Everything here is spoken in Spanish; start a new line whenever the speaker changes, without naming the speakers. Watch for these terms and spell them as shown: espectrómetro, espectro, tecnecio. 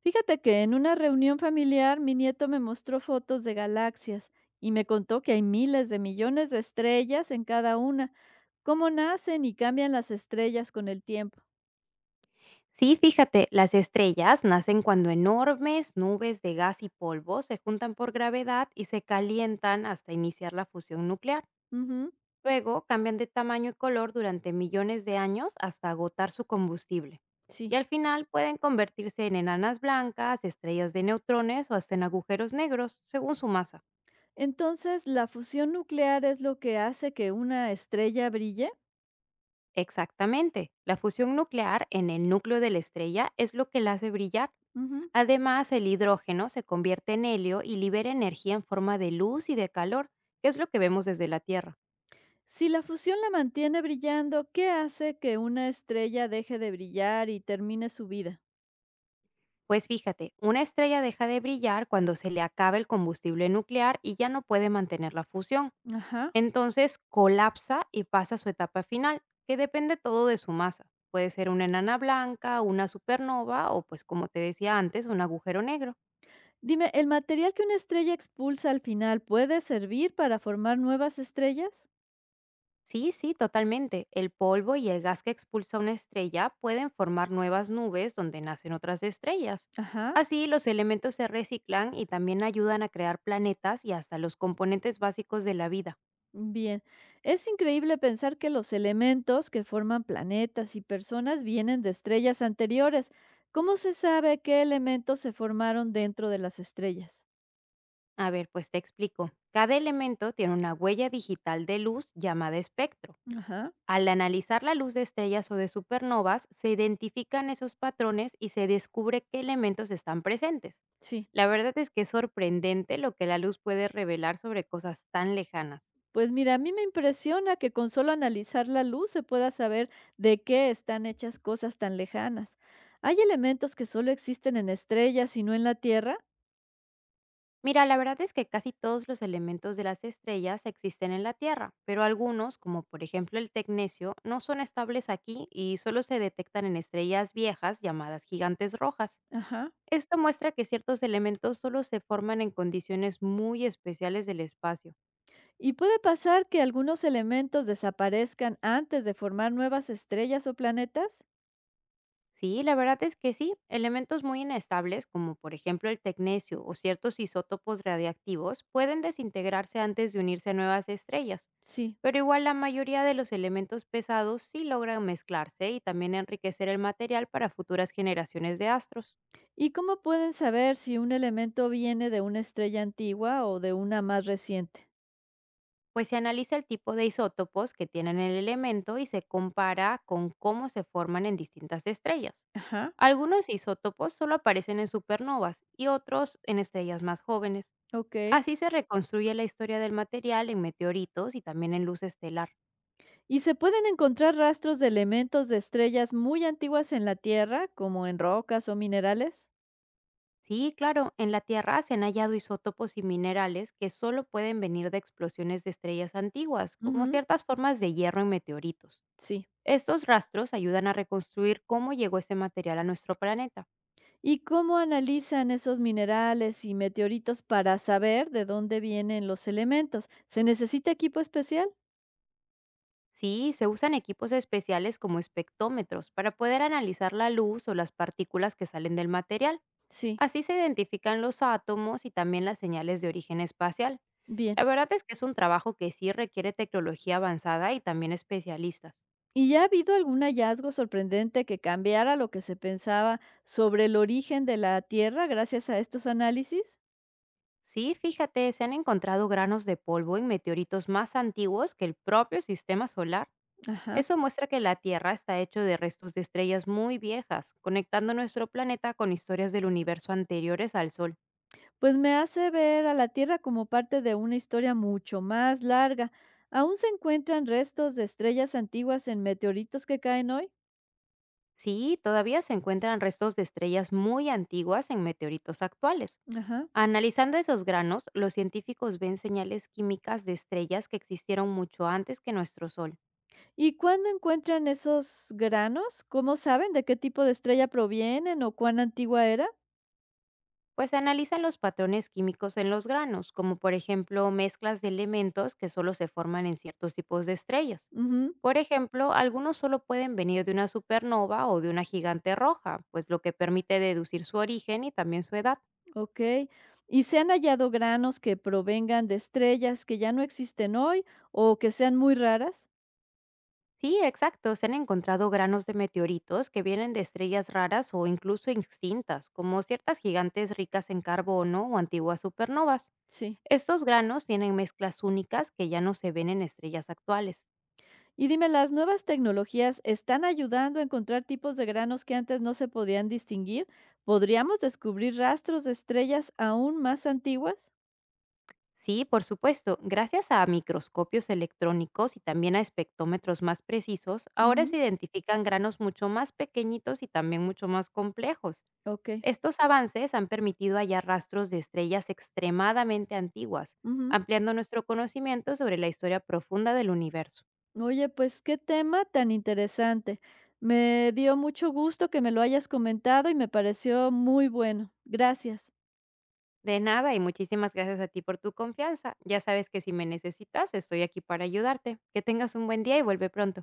Fíjate que en una reunión familiar mi nieto me mostró fotos de galaxias y me contó que hay miles de millones de estrellas en cada una. ¿Cómo nacen y cambian las estrellas con el tiempo?
Sí, fíjate, las estrellas nacen cuando enormes nubes de gas y polvo se juntan por gravedad y se calientan hasta iniciar la fusión nuclear.
Ujú,
Luego cambian de tamaño y color durante millones de años hasta agotar su combustible. Y
sí.
al final pueden convertirse en enanas blancas, estrellas de neutrones o hasta en agujeros negros, según su masa.
Entonces, ¿la fusión nuclear es lo que hace que una estrella brille?
Exactamente, la fusión nuclear en el núcleo de la estrella es lo que la hace brillar.
Ujú.
Además, el hidrógeno se convierte en helio y libera energía en forma de luz y de calor, que es lo que vemos desde la Tierra.
Si la fusión la mantiene brillando, ¿qué hace que una estrella deje de brillar y termine su vida?
Pues fíjate, una estrella deja de brillar cuando se le acaba el combustible nuclear y ya no puede mantener la fusión.
Ajá.
Entonces colapsa y pasa a su etapa final, que depende todo de su masa. Puede ser una enana blanca, una supernova o, pues como te decía antes, un agujero negro.
Dime, ¿el material que una estrella expulsa al final puede servir para formar nuevas estrellas?
Sí, sí, totalmente. El polvo y el gas que expulsa una estrella pueden formar nuevas nubes donde nacen otras estrellas.
Ajá,
Así, los elementos se reciclan y también ayudan a crear planetas y hasta los componentes básicos de la vida.
bien. Es increíble pensar que los elementos que forman planetas y personas vienen de estrellas anteriores. ¿Cómo se sabe qué elementos se formaron dentro de las estrellas?
A ver, pues te explico. Cada elemento tiene una huella digital de luz llamada espectro.
Ajá,
Al analizar la luz de estrellas o de supernovas, se identifican esos patrones y se descubre qué elementos están presentes.
sí.
La verdad es que es sorprendente lo que la luz puede revelar sobre cosas tan lejanas.
Pues mira, a mí me impresiona que con solo analizar la luz se pueda saber de qué están hechas cosas tan lejanas. ¿Hay elementos que solo existen en estrellas y no en la Tierra?
Mira, la verdad es que casi todos los elementos de las estrellas existen en la Tierra, pero algunos, como por ejemplo el tecnecio, no son estables aquí y solo se detectan en estrellas viejas llamadas gigantes rojas.
Ajá.
Esto muestra que ciertos elementos solo se forman en condiciones muy especiales del espacio.
¿Y puede pasar que algunos elementos desaparezcan antes de formar nuevas estrellas o planetas?
Sí, la verdad es que sí. Elementos muy inestables, como por ejemplo el tecnecio o ciertos isótopos radiactivos, pueden desintegrarse antes de unirse a nuevas estrellas.
Sí.
Pero igual la mayoría de los elementos pesados sí logran mezclarse y también enriquecer el material para futuras generaciones de astros.
¿Y cómo pueden saber si un elemento viene de una estrella antigua o de una más reciente?
Pues se analiza el tipo de isótopos que tienen el elemento y se compara con cómo se forman en distintas estrellas.
Ajá,
Algunos isótopos solo aparecen en supernovas y otros en estrellas más jóvenes.
ok.
Así se reconstruye la historia del material en meteoritos y también en luz estelar.
¿Y se pueden encontrar rastros de elementos de estrellas muy antiguas en la Tierra, como en rocas o minerales?
Sí, claro, en la Tierra se han hallado isótopos y minerales que solo pueden venir de explosiones de estrellas antiguas, como
Ujú,
ciertas formas de hierro en meteoritos.
sí.
Estos rastros ayudan a reconstruir cómo llegó ese material a nuestro planeta.
¿Y cómo analizan esos minerales y meteoritos para saber de dónde vienen los elementos? ¿Se necesita equipo especial?
Sí, se usan equipos especiales como espectómetros para poder analizar la luz o las partículas que salen del material.
Sí.
Así se identifican los átomos y también las señales de origen espacial.
Bien.
La verdad es que es un trabajo que sí requiere tecnología avanzada y también especialistas.
¿Y ya ha habido algún hallazgo sorprendente que cambiara lo que se pensaba sobre el origen de la Tierra gracias a estos análisis?
Sí, fíjate, se han encontrado granos de polvo en meteoritos más antiguos que el propio sistema solar.
Ajá.
Eso muestra que la Tierra está hecho de restos de estrellas muy viejas, conectando nuestro planeta con historias del universo anteriores al Sol.
Pues me hace ver a la Tierra como parte de una historia mucho más larga. ¿Aún se encuentran restos de estrellas antiguas en meteoritos que caen hoy?
Sí, todavía se encuentran restos de estrellas muy antiguas en meteoritos actuales.
Ajá.
Analizando esos granos, los científicos ven señales químicas de estrellas que existieron mucho antes que nuestro Sol,
¿Y cuándo encuentran esos granos? ¿Cómo saben de qué tipo de estrella provienen o cuán antigua era?
pues se analizan los patrones químicos en los granos, como por ejemplo mezclas de elementos que solo se forman en ciertos tipos de estrellas.
Ujú.
Por ejemplo, algunos solo pueden venir de una supernova o de una gigante roja, pues lo que permite deducir su origen y también su edad.
Ok. ¿Y se han hallado granos que provengan de estrellas que ya no existen hoy o que sean muy raras?
Sí, exacto. Se han encontrado granos de meteoritos que vienen de estrellas raras o incluso extintas, como ciertas gigantes ricas en carbono o antiguas supernovas.
Sí.
Estos granos tienen mezclas únicas que ya no se ven en estrellas actuales.
Y dime, ¿las nuevas tecnologías están ayudando a encontrar tipos de granos que antes no se podían distinguir? ¿Podríamos descubrir rastros de estrellas aún más antiguas?
Sí, por supuesto, gracias a microscopios electrónicos y también a espectrómetros más precisos, ahora se
Ujú,
identifican granos mucho más pequeñitos y también mucho más complejos.
ok,
Estos avances han permitido hallar rastros de estrellas extremadamente antiguas,
ujú.
ampliando nuestro conocimiento sobre la historia profunda del universo.
Oye, pues qué tema tan interesante. Me dio mucho gusto que me lo hayas comentado y me pareció muy bueno. Gracias.
De nada y muchísimas gracias a ti por tu confianza. Ya sabes que si me necesitas, estoy aquí para ayudarte. Que tengas un buen día y vuelve pronto.